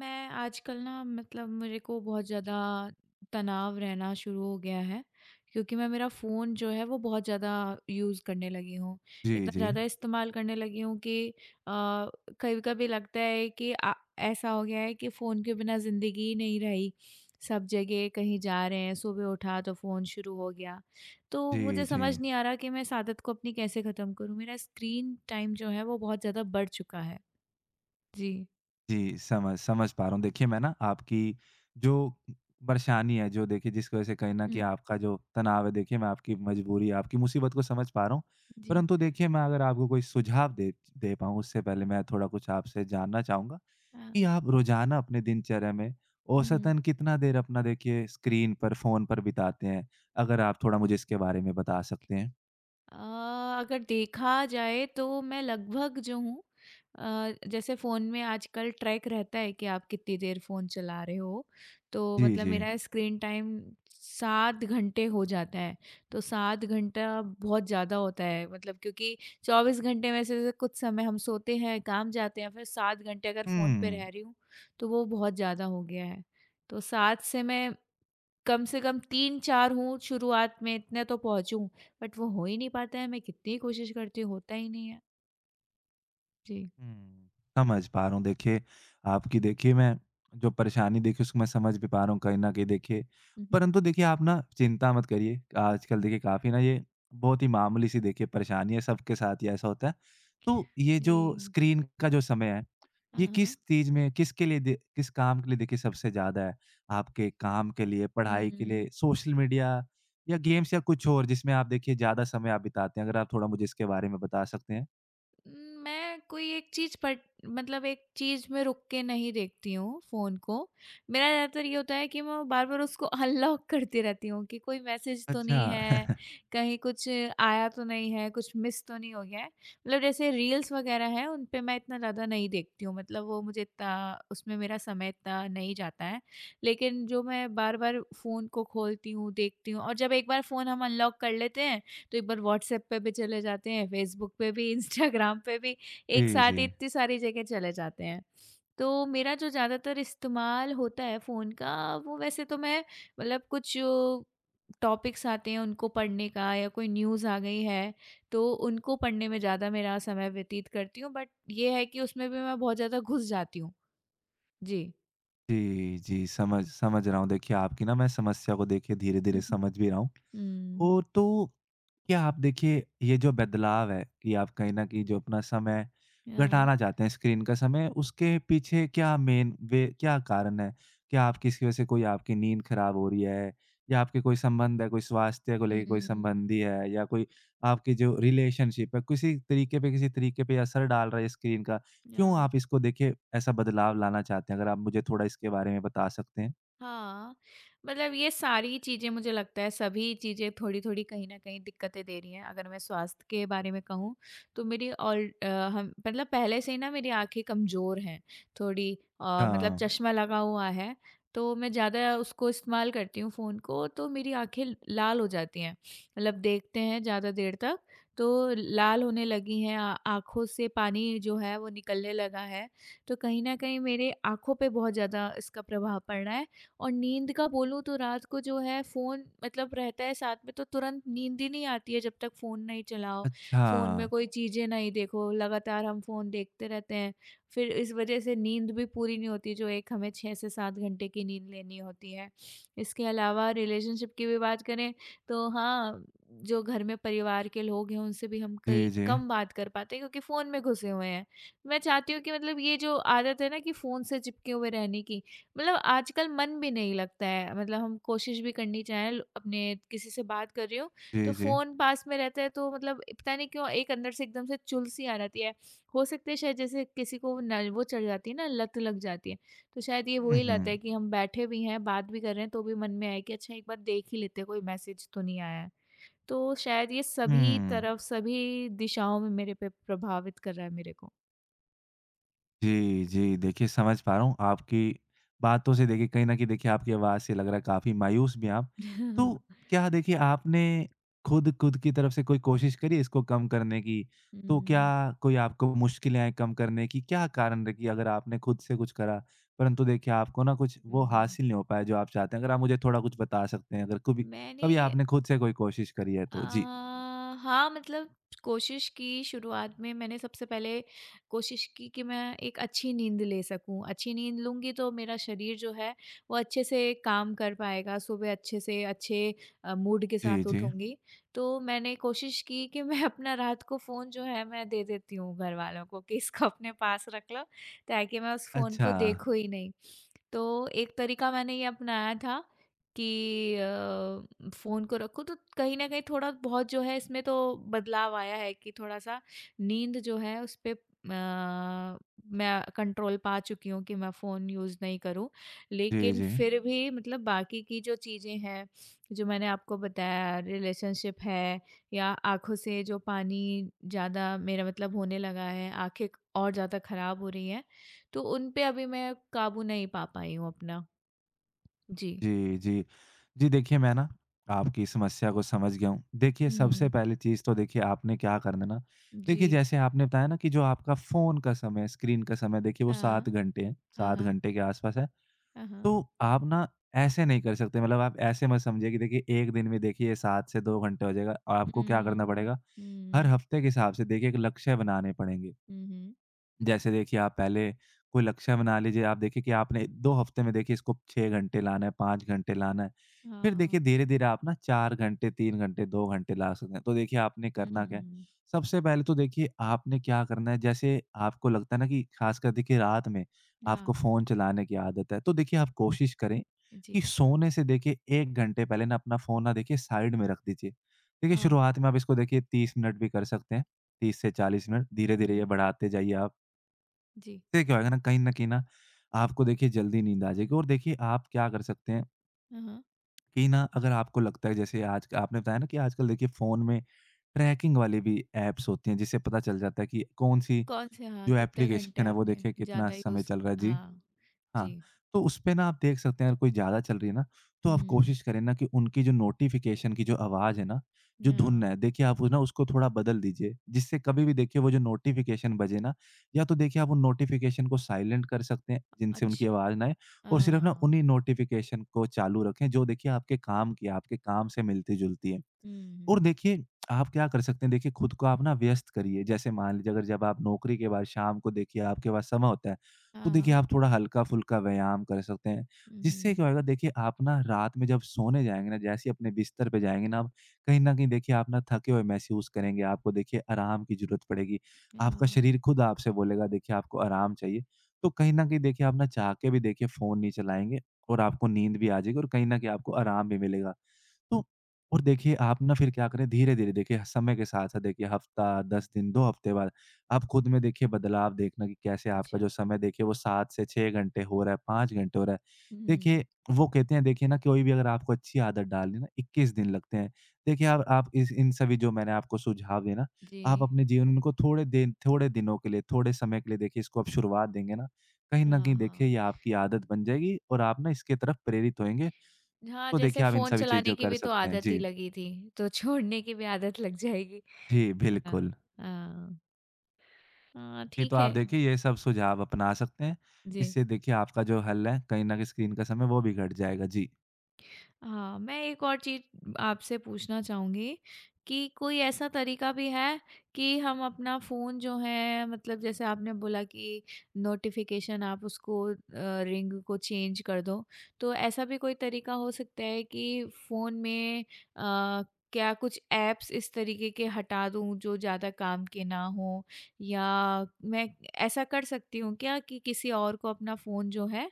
मैं आजकल ना मतलब मेरे को बहुत ज़्यादा तनाव रहना शुरू हो गया है क्योंकि मैं मेरा फ़ोन जो है वो बहुत ज़्यादा यूज़ करने लगी हूँ। जी, इतना जी। ज़्यादा इस्तेमाल करने लगी हूँ कि कभी-कभी लगता है कि ऐसा हो गया है कि फ़ोन के बिना ज़िंदगी ही नहीं रही। सब जगह कहीं जा रहे हैं, सुबह उठा तो फ़ोन शुरू हो गया। तो जी, मुझे जी। समझ नहीं आ रहा कि मैं इस आदत को अपनी कैसे ख़त्म करूँ? मेरा स्क्रीन टाइम जो है वो बहुत ज़्यादा बढ़ चुका है। जी। जी, समझ समझ पा रहा हूँ। देखिए, मैं ना आपकी जो परेशानी है, जो देखिए जिसकी वज़ह से कहीं न हुँ। कहीं आपका जो तनाव है, देखिए मैं आपकी मजबूरी, आपकी मुसीबत को समझ पा रहा हूँ। जी। परंतु देखिए, मैं अगर आपको कोई सुझाव दे दे पाऊँ, उससे पहले मैं थोड़ा कुछ आपसे जानना चाहूँगा कि हाँ। आप रोज़ाना अपने दिनचर्या में हुँ, हुँ, औसतन कितना देर अपना देखिए स्क्रीन पर, फ़ोन पर बिताते हैं? अगर आप थोड़ा हुँ। मुझे इसके बारे में बता सकते हैं। अ, अगर देखा जाए तो मैं लगभग जो हूँ जैसे फ़ोन में आजकल ट्रैक रहता है कि आप कितनी देर फ़ोन चला रहे हो, तो जी, मतलब जी। मेरा स्क्रीन टाइम 7 घंटे हो जाता है। तो 7 घंटा बहुत ज़्यादा होता है मतलब क्योंकि 24 घंटे में से जैसे कुछ समय हम सोते हैं, काम जाते हैं, फिर 7 घंटे अगर फ़ोन पे हुँ। रह रही हूँ, तो वो बहुत ज़्यादा हो गया है। तो 7 से मैं कम से कम 3-4 हों शुरुआत में इतने तो पहुँचूँ, बट वो हो ही नहीं पाता है, मैं कितनी कोशिश करती हूँ होता ही नहीं है। जी। हुँ। समझ पा रहा हूँ देखिए, आपकी देखिए मैं जो परेशानी देखिए उसको मैं समझ भी पा रहा हूँ कहीं न कहीं देखिए। हुँ, हुँ, परंतु देखिए आप ना चिंता मत करिए, हुँ, आजकल हुँ। देखिए काफ़ी ना ये बहुत ही मामूली-सी देखिए परेशानी है, सबके साथ ही ऐसा होता है। तो ये जी। जो स्क्रीन का जो समय है, ये हाँ, किस हाँ। चीज़ में किसके लिए दे किस काम के लिए देखिए सबसे ज़्यादा है? आपके काम के लिए, पढ़ाई के हुँ। लिए, सोशल मीडिया या गेम्स या कुछ और जिसमें आप देखिए ज़्यादा समय आप बिताते हैं? अगर आप थोड़ा मुझे इसके बारे में बता सकते हैं। मैं कोई एक चीज़ पट मतलब एक चीज़ में रुक के नहीं देखती हूँ फ़ोन को। मेरा ज़्यादातर ये होता है कि मैं बार-बार उसको अनलॉक करती रहती हूँ कि कोई मैसेज तो अच्छा। नहीं है, कहीं कुछ आया तो नहीं है, कुछ मिस तो नहीं हो गया है। मतलब जैसे रील्स वगैरह हैं, उन पे मैं इतना ज़्यादा नहीं देखती हूँ, मतलब वो मुझे इतना उसमें मेरा समय इतना नहीं जाता है। लेकिन जो मैं बार-बार फ़ोन को खोलती हूँ, देखती हूँ और जब एक बार फ़ोन हम अनलॉक कर लेते हैं तो एक बार व्हाट्सएप पे भी चले जाते हैं, फेसबुक पे भी, इंस्टाग्राम पे भी, एक जी, साथ जी। ही इतनी सारी जगह चले जाते हैं। तो मेरा जो ज़्यादातर इस्तेमाल होता है फ़ोन का वो वैसे तो मैं मतलब कुछ जो टॉपिक्स आते हैं उनको पढ़ने का या कोई न्यूज़ आ गई है, तो उनको पढ़ने में ज़्यादा मेरा समय व्यतीत करती हूँ बट ये है कि उसमें भी मैं बहुत ज़्यादा घुस जाती हूँ। जी। जी, जी, समझ समझ रहा हूँ। देखिए, आपकी ना मैं समस्या को देखिए हुँ, धीरे-धीरे हुँ। समझ भी रहा हूँ। हुँ। ओ तो क्या आप देखिए ये जो बदलाव है कि आप कहीं न कहीं जो अपना समय हाँ। घटाना चाहते हैं स्क्रीन का समय, उसके पीछे क्या मेन वे क्या कारण है? क्या आप किसी वजह से कोई आपकी नींद खराब हो रही है या आपके कोई संबंध है, कोई स्वास्थ्य को लेके कोई हुँ। संबंधी है या कोई आपकी जो रिलेशनशिप है, किसी तरीके पे असर डाल रहा है स्क्रीन का? या क्यों आप इसको देखिए ऐसा बदलाव लाना चाहते हैं? अगर आप मुझे थोड़ा इसके बारे में बता सकते हैं। हाँ, मतलब ये सारी चीज़ें मुझे लगता है सभी चीज़ें थोड़ी-थोड़ी कहीं न कहीं दिक्कतें दे रही हैं। अगर मैं स्वास्थ्य के बारे में कहूँ तो मेरी ऑल हम मतलब पहले से ही ना मेरी आँखें कमज़ोर हैं थोड़ी मतलब हाँ। चश्मा लगा हुआ है, तो मैं ज़्यादा उसको इस्तेमाल करती हूँ फ़ोन को तो मेरी आँखें लाल हो जाती हैं। मतलब देखते हैं ज़्यादा देर तक तो लाल होने लगी हैं आ आँखों से पानी जो है वो निकलने लगा है। तो कहीं न कहीं मेरे आँखों पे बहुत ज़्यादा इसका प्रभाव पड़ रहा है और नींद का बोलूँ तो रात को जो है फ़ोन मतलब रहता है साथ में तो तुरंत नींद ही नहीं आती है जब तक फ़ोन नहीं चलाओ, अच्छा। फ़ोन में कोई चीज़ें नहीं देखो, लगातार हम फ़ोन देखते रहते हैं। फिर इस वजह से नींद भी पूरी नहीं होती जो एक हमें 6 से 7 घंटे की नींद लेनी होती है। इसके अलावा रिलेशनशिप की भी बात करें तो हाँ, जो घर में परिवार के लोग हैं उनसे भी हम जी, कई जी। कम बात कर पाते हैं क्योंकि फ़ोन में घुसे हुए हैं। मैं चाहती हूँ कि मतलब ये जो आदत है ना कि फ़ोन से चिपके हुए रहने की मतलब आजकल मन भी नहीं लगता है मतलब हम कोशिश भी करनी चाहें अपने किसी से बात कर रही हूँ तो जी, जी। फ़ोन पास में रहता है तो मतलब पता नहीं क्यों एक अंदर से एकदम से चुल सी आ जाती है हो सकता है शायद जैसे किसी को न, वो चढ़ जाती है ना लत लग जाती है तो शायद ये हुँ, वही लत है हुँ। कि हम बैठे भी हैं बात भी कर रहे हैं तो भी मन में आए कि अच्छा एक बार देख ही लेते हैं कोई मैसेज तो नहीं आया है तो शायद ये सभी हुँ। तरफ सभी दिशाओं में मेरे पे प्रभावित कर रहा है मेरे को। जी, जी। देखिए समझ पा रहा हूँ आपकी बातों से देखिए कहीं न कहीं देखिए आपकी आवाज़ से लग रहा है काफ़ी मायूस भी हैं आप। तो क्या देखिए आपने खुद खुद की तरफ से कोई कोशिश करी है इसको कम करने की? तो क्या हम्म, कोई आपको मुश्किलें आईं कम करने की? क्या कारण रही अगर आपने खुद से कुछ करा परंतु देखिए आपको ना कुछ वो हम्म। हासिल नहीं हो पाया जो आप चाहते हैं? अगर आप मुझे थोड़ा कुछ बता सकते हैं अगर कभी मैंने कभी आपने खुद से कोई कोशिश करी है अ, तो? जी। हाँ, मतलब कोशिश की शुरुआत में मैंने सबसे पहले कोशिश की कि मैं एक अच्छी नींद ले सकूँ। अच्छी नींद लूँगी तो मेरा शरीर जो है वो अच्छे से काम कर पाएगा, सुबह अच्छे से अच्छे मूड के जी, साथ जी। उठूँगी। तो मैंने कोशिश की कि मैं अपना रात को फ़ोन जो है मैं दे देती हूँ घरवालों को कि इसको अपने पास रख लो ताकि मैं उस फ़ोन अच्छा। को देखूँ ही नहीं। तो एक तरीका मैंने ये अपनाया था कि फ़ोन को रखो तो कहीं न कहीं थोड़ा बहुत जो है इसमें तो बदलाव आया है कि थोड़ा-सा नींद जो है उस पे मैं कंट्रोल पा चुकी हूँ कि मैं फ़ोन यूज़ नहीं करूँ। जी, लेकिन जी। फिर भी मतलब बाकी की जो चीज़ें हैं, जो मैंने आपको बताया रिलेशनशिप है या आँखों से जो पानी ज़्यादा मेरा मतलब होने लगा है, आँखें और ज़्यादा ख़राब हो रही हैं। तो उन पे अभी मैं काबू नहीं पा पाई हूँ अपना। जी। जी, जी। जी, देखिए मैं ना आपकी समस्या को समझ गया हूँ। देखिए सबसे हुँ। पहली चीज़ तो देखिए आपने क्या करना ना जी। देखिए जैसे आपने बताया ना कि जो आपका फ़ोन का समय है, स्क्रीन का समय देखिए वो 7 हाँ। घंटे है, हाँ, 7 हाँ। घंटे के आस-पास है। हाँ, हाँ। तो आप ना ऐसे नहीं कर सकते मतलब आप ऐसे मत समझिए कि देखिए 1 दिन में देखिए 7 से 2 घंटे हो जाएगा। आपको क्या करना हुँ, पड़ेगा, हर हुँ, हफ़्ते के हिसाब से देखिए एक लक्ष्य बनाने पड़ेंगे। हुँ, हुँ। जैसे देखिए आप पहले कोई लक्ष्य बना लीजिए आप देखिए कि आपने 2 हफ्ते में देखिए इसको 6 घंटे लाना है, 5 घंटे लाना है। फिर हाँ, देखिए धीरे-धीरे आप ना 4 घंटे, 3 घंटे, 2 घंटे ला सकते हैं। तो देखिए आपने करना क्या है, हुँ, सबसे पहले तो देखिए आपने क्या करना है जैसे आपको लगता है ना कि खासकर देखिए रात में हाँ, आपको फ़ोन चलाने की आदत है, तो देखिए आप कोशिश करें जी। कि सोने से देखिए 1 घंटे पहले ना अपना फ़ोन ना देखिए साइड में रख दीजिए। देखिए अ, शुरुआत में आप इसको देखिए 30 मिनट भी कर सकते हैं, 30 से 40 मिनट धीरे-धीरे ये हुँ, बढ़ाते जाइए आप। जी। इससे क्या होगा ना कहीं न कहीं ना आपको देखिए जल्दी नींद आ जाएगी और देखिए आप क्या कर सकते हैं हाँ, हाँ। कि ना अगर आपको लगता है जैसे आज आपने बताया ना कि आजकल देखिए फ़ोन में ट्रैकिंग वाली भी ऐप्स होती हैं जिससे पता चल जाता है कि कौन-सी कौन से हाँ, जो कितने घंटे एप्लीकेशन है वो आपने देखिए कितना ज़्यादा समय यूज़ चल रहा है। जी। हाँ, हाँ, जी। तो उसपे ना आप देख सकते हैं अगर कोई ज़्यादा चल रही है ना, तो आप हुँ, कोशिश करें ना कि उनकी जो नोटिफ़िकेशन की जो आवाज़ है ना, जो धुन हाँ, है देखिए आप उस ना उसको थोड़ा बदल दीजिए। जिससे कभी भी देखिए वो जो नोटिफ़िकेशन बजे ना, या तो देखिए आप उन नोटिफ़िकेशन को साइलेंट कर सकते हैं जिनसे उनकी अच्छा आवाज़ ना आए और सिर्फ़ ना हाँ, उन्हीं नोटिफ़िकेशन को चालू रखें जो देखिए आपके काम की है, आपके काम से मिलती-जुलती है। और हुँ, देखिए आप क्या कर सकते हैं देखिए खुद को आप ना व्यस्त करिए जैसे मान लीजिए अगर जब आप नौकरी के बाद शाम को देखिए आपके पास समय होता है तो देखिए हाँ, आप थोड़ा हल्का-फुल्का व्यायाम कर सकते हैं। जिससे क्या हुँ, होएगा देखिए आप ना रात में जब सोने जाएँगे ना जैसे ही अपने बिस्तर पे जाएँगे ना आप, कहीं न कहीं देखिए आप ना थके हुए महसूस करेंगे, आपको देखिए आराम की ज़रूरत पड़ेगी। आपका हाँ, शरीर खुद आपसे बोलेगा देखिए आपको आराम चाहिए। तो कहीं न कहीं देखिए आप ना चाह के भी देखिए फ़ोन नहीं चलाएँगे और आपको नींद भी आ जाएगी और कहीं न कहीं आपको आराम भी मिलेगा। तो और देखिए आप ना फिर क्या करें धीरे-धीरे देखिए समय के साथ-साथ देखिए हफ्ता, 10 दिन, 2 हफ्ते बाद आप खुद में देखिए बदलाव देखना कि कैसे आपका अच्छा, जो समय देखिए वो 7 से 6 घंटे हो रहा है, 5 घंटे हो रहा है। हुँ, देखिए वो कहते हैं देखिए ना कोई भी अगर आपको अच्छी आदत डालनी है ना 21 दिन लगते हैं। देखिए आप इस इन सभी जो मैंने आपको सुझाव दिए ना, आप जी। अपने जीवन में इनको थोड़े दिनों के लिए, थोड़े समय के लिए देखिए इसको आप शुरुआत देंगे ना, कहीं न हाँ, कहीं देखिए हाँ। ये आपकी आदत बन जाएगी और आप ना इसके तरफ प्रेरित होएँगे। हाँ, तो जैसे देखिए आप इन फ़ोन सभी चलाने चीज़ों की कर भी तो सकते हैं। आदत ही जी। लगी थी, तो छोड़ने की भी आदत लग जाएगी। जी, हाँ, बिल्कुल। हाँ। हाँ, जी, तो ठीक आप है। देखिए ये सब सुझाव अपना सकते हैं। जी। इससे देखिए आपका जो हल है, कहीं न कहीं स्क्रीन का समय वो भी घट जाएगा। जी। हाँ, मैं एक और चीज़ आपसे पूछना चाहूँगी कि कोई ऐसा तरीका भी है कि हम अपना फ़ोन जो है मतलब जैसे आपने बोला कि नोटिफ़िकेशन आप उसको रिंग को चेंज कर दो। तो ऐसा भी कोई तरीका हो सकता है कि फ़ोन में अ, क्या कुछ ऐप्स इस तरीके के हटा दूँ जो ज़्यादा काम के ना हों या मैं ऐसा कर सकती हूँ क्या कि किसी और को अपना फ़ोन जो है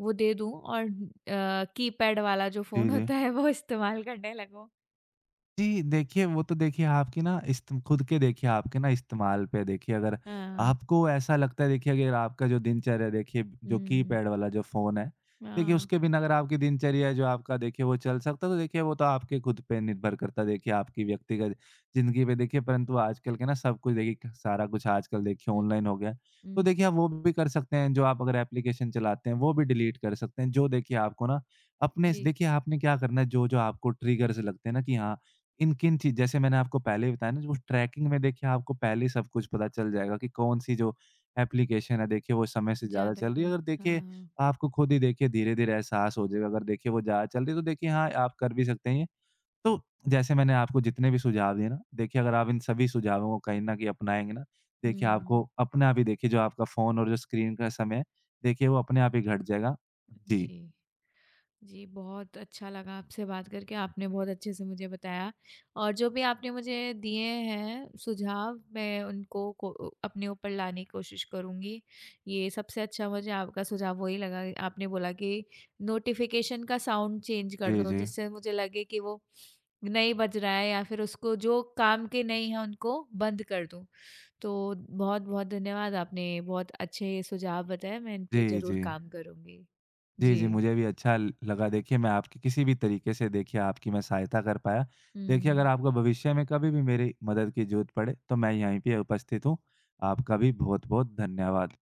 वो दे दूँ और कीपैड वाला जो जी, फ़ोन जी। होता है वो इस्तेमाल करने लगूँ। जी, देखिए वो तो देखिए आपकी ना इस्त खुद के देखिए आपके ना इस्तेमाल पे देखिए अगर हाँ, आपको ऐसा लगता है देखिए अगर आपका जो दिनचर्या देखिए जो हुँ, कीपैड वाला जो फ़ोन है, देखिए हाँ, उसके बिना अगर आपकी दिनचर्या है जो आपका देखिए वो चल सकता है तो देखिए वो तो आपके खुद पे निर्भर करता है देखिए आपकी व्यक्तिगत ज़िंदगी पे देखिए परंतु आजकल के ना सब कुछ देखिए क सारा कुछ आजकल देखिए हुँ, ऑनलाइन हो गया है। तो हुँ, देखिए आप वो भी कर सकते हैं जो आप अगर एप्लीकेशन चलाते हैं वो भी डिलीट कर सकते हैं जो देखिए आपको ना अपने स जी, देखिए आपने क्या करना है जो-जो आपको ट्रिगर्स लगते हैं ना कि हाँ किन-किन चीज़ जैसे मैंने आपको पहले ही बताया ना, जो ट्रैकिंग में देखिए आपको पहले ही सब कुछ पता चल जाएगा कि कौन-सी जो एप्लीकेशन है देखिए वो समय से ज़्यादा ज़्यादा चल रही है। यूज़ अगर देखिए हाँ, आपको खुद ही देखिए धीरे-धीरे एहसास हो जाएगा, अगर देखिए वो ज़्यादा चल रही है तो देखिए हाँ, आप कर भी सकते हैं ये। तो जैसे मैंने आपको जितने भी सुझाव दिए ना, देखिए अगर आप इन सभी सुझावों को कहीं न कहीं अपनाएँगे ना, देखिए हुँ, आपको अपने आप ही देखिए जो आपका फ़ोन और जो स्क्रीन का समय है, देखिए वो अपने आप ही घट जाएगा। जी। जी। जी, बहुत अच्छा लगा आपसे बात करके, आपने बहुत अच्छे से मुझे बताया और जो भी आपने मुझे दिए हैं सुझाव, मैं उनको को अपने ऊपर लाने की कोशिश करूँगी। ये सबसे अच्छा मुझे आपका सुझाव वही लगा, आपने बोला कि नोटिफ़िकेशन का साउंड चेंज कर जी, दो, जी। जिससे मुझे लगे कि वो नहीं बज रहा है या फिर उसको जो काम के नहीं हैं, उनको बंद कर दूँ। तो बहुत-बहुत धन्यवाद, आपने बहुत अच्छे सुझाव बताए, मैं इन पे जी, ज़रूर जी। काम करूँगी। जी, जी। जी, मुझे भी अच्छा ल लगा देखिए मैं आपकी किसी भी तरीके से देखिए आपकी मैं सहायता कर पाया। देखिए अगर हुँ। आपको भविष्य में कभी भी मेरी मदद की ज़रूरत पड़े, तो मैं यहीं पे उपस्थित हूँ। आपका भी बहुत-बहुत धन्यवाद।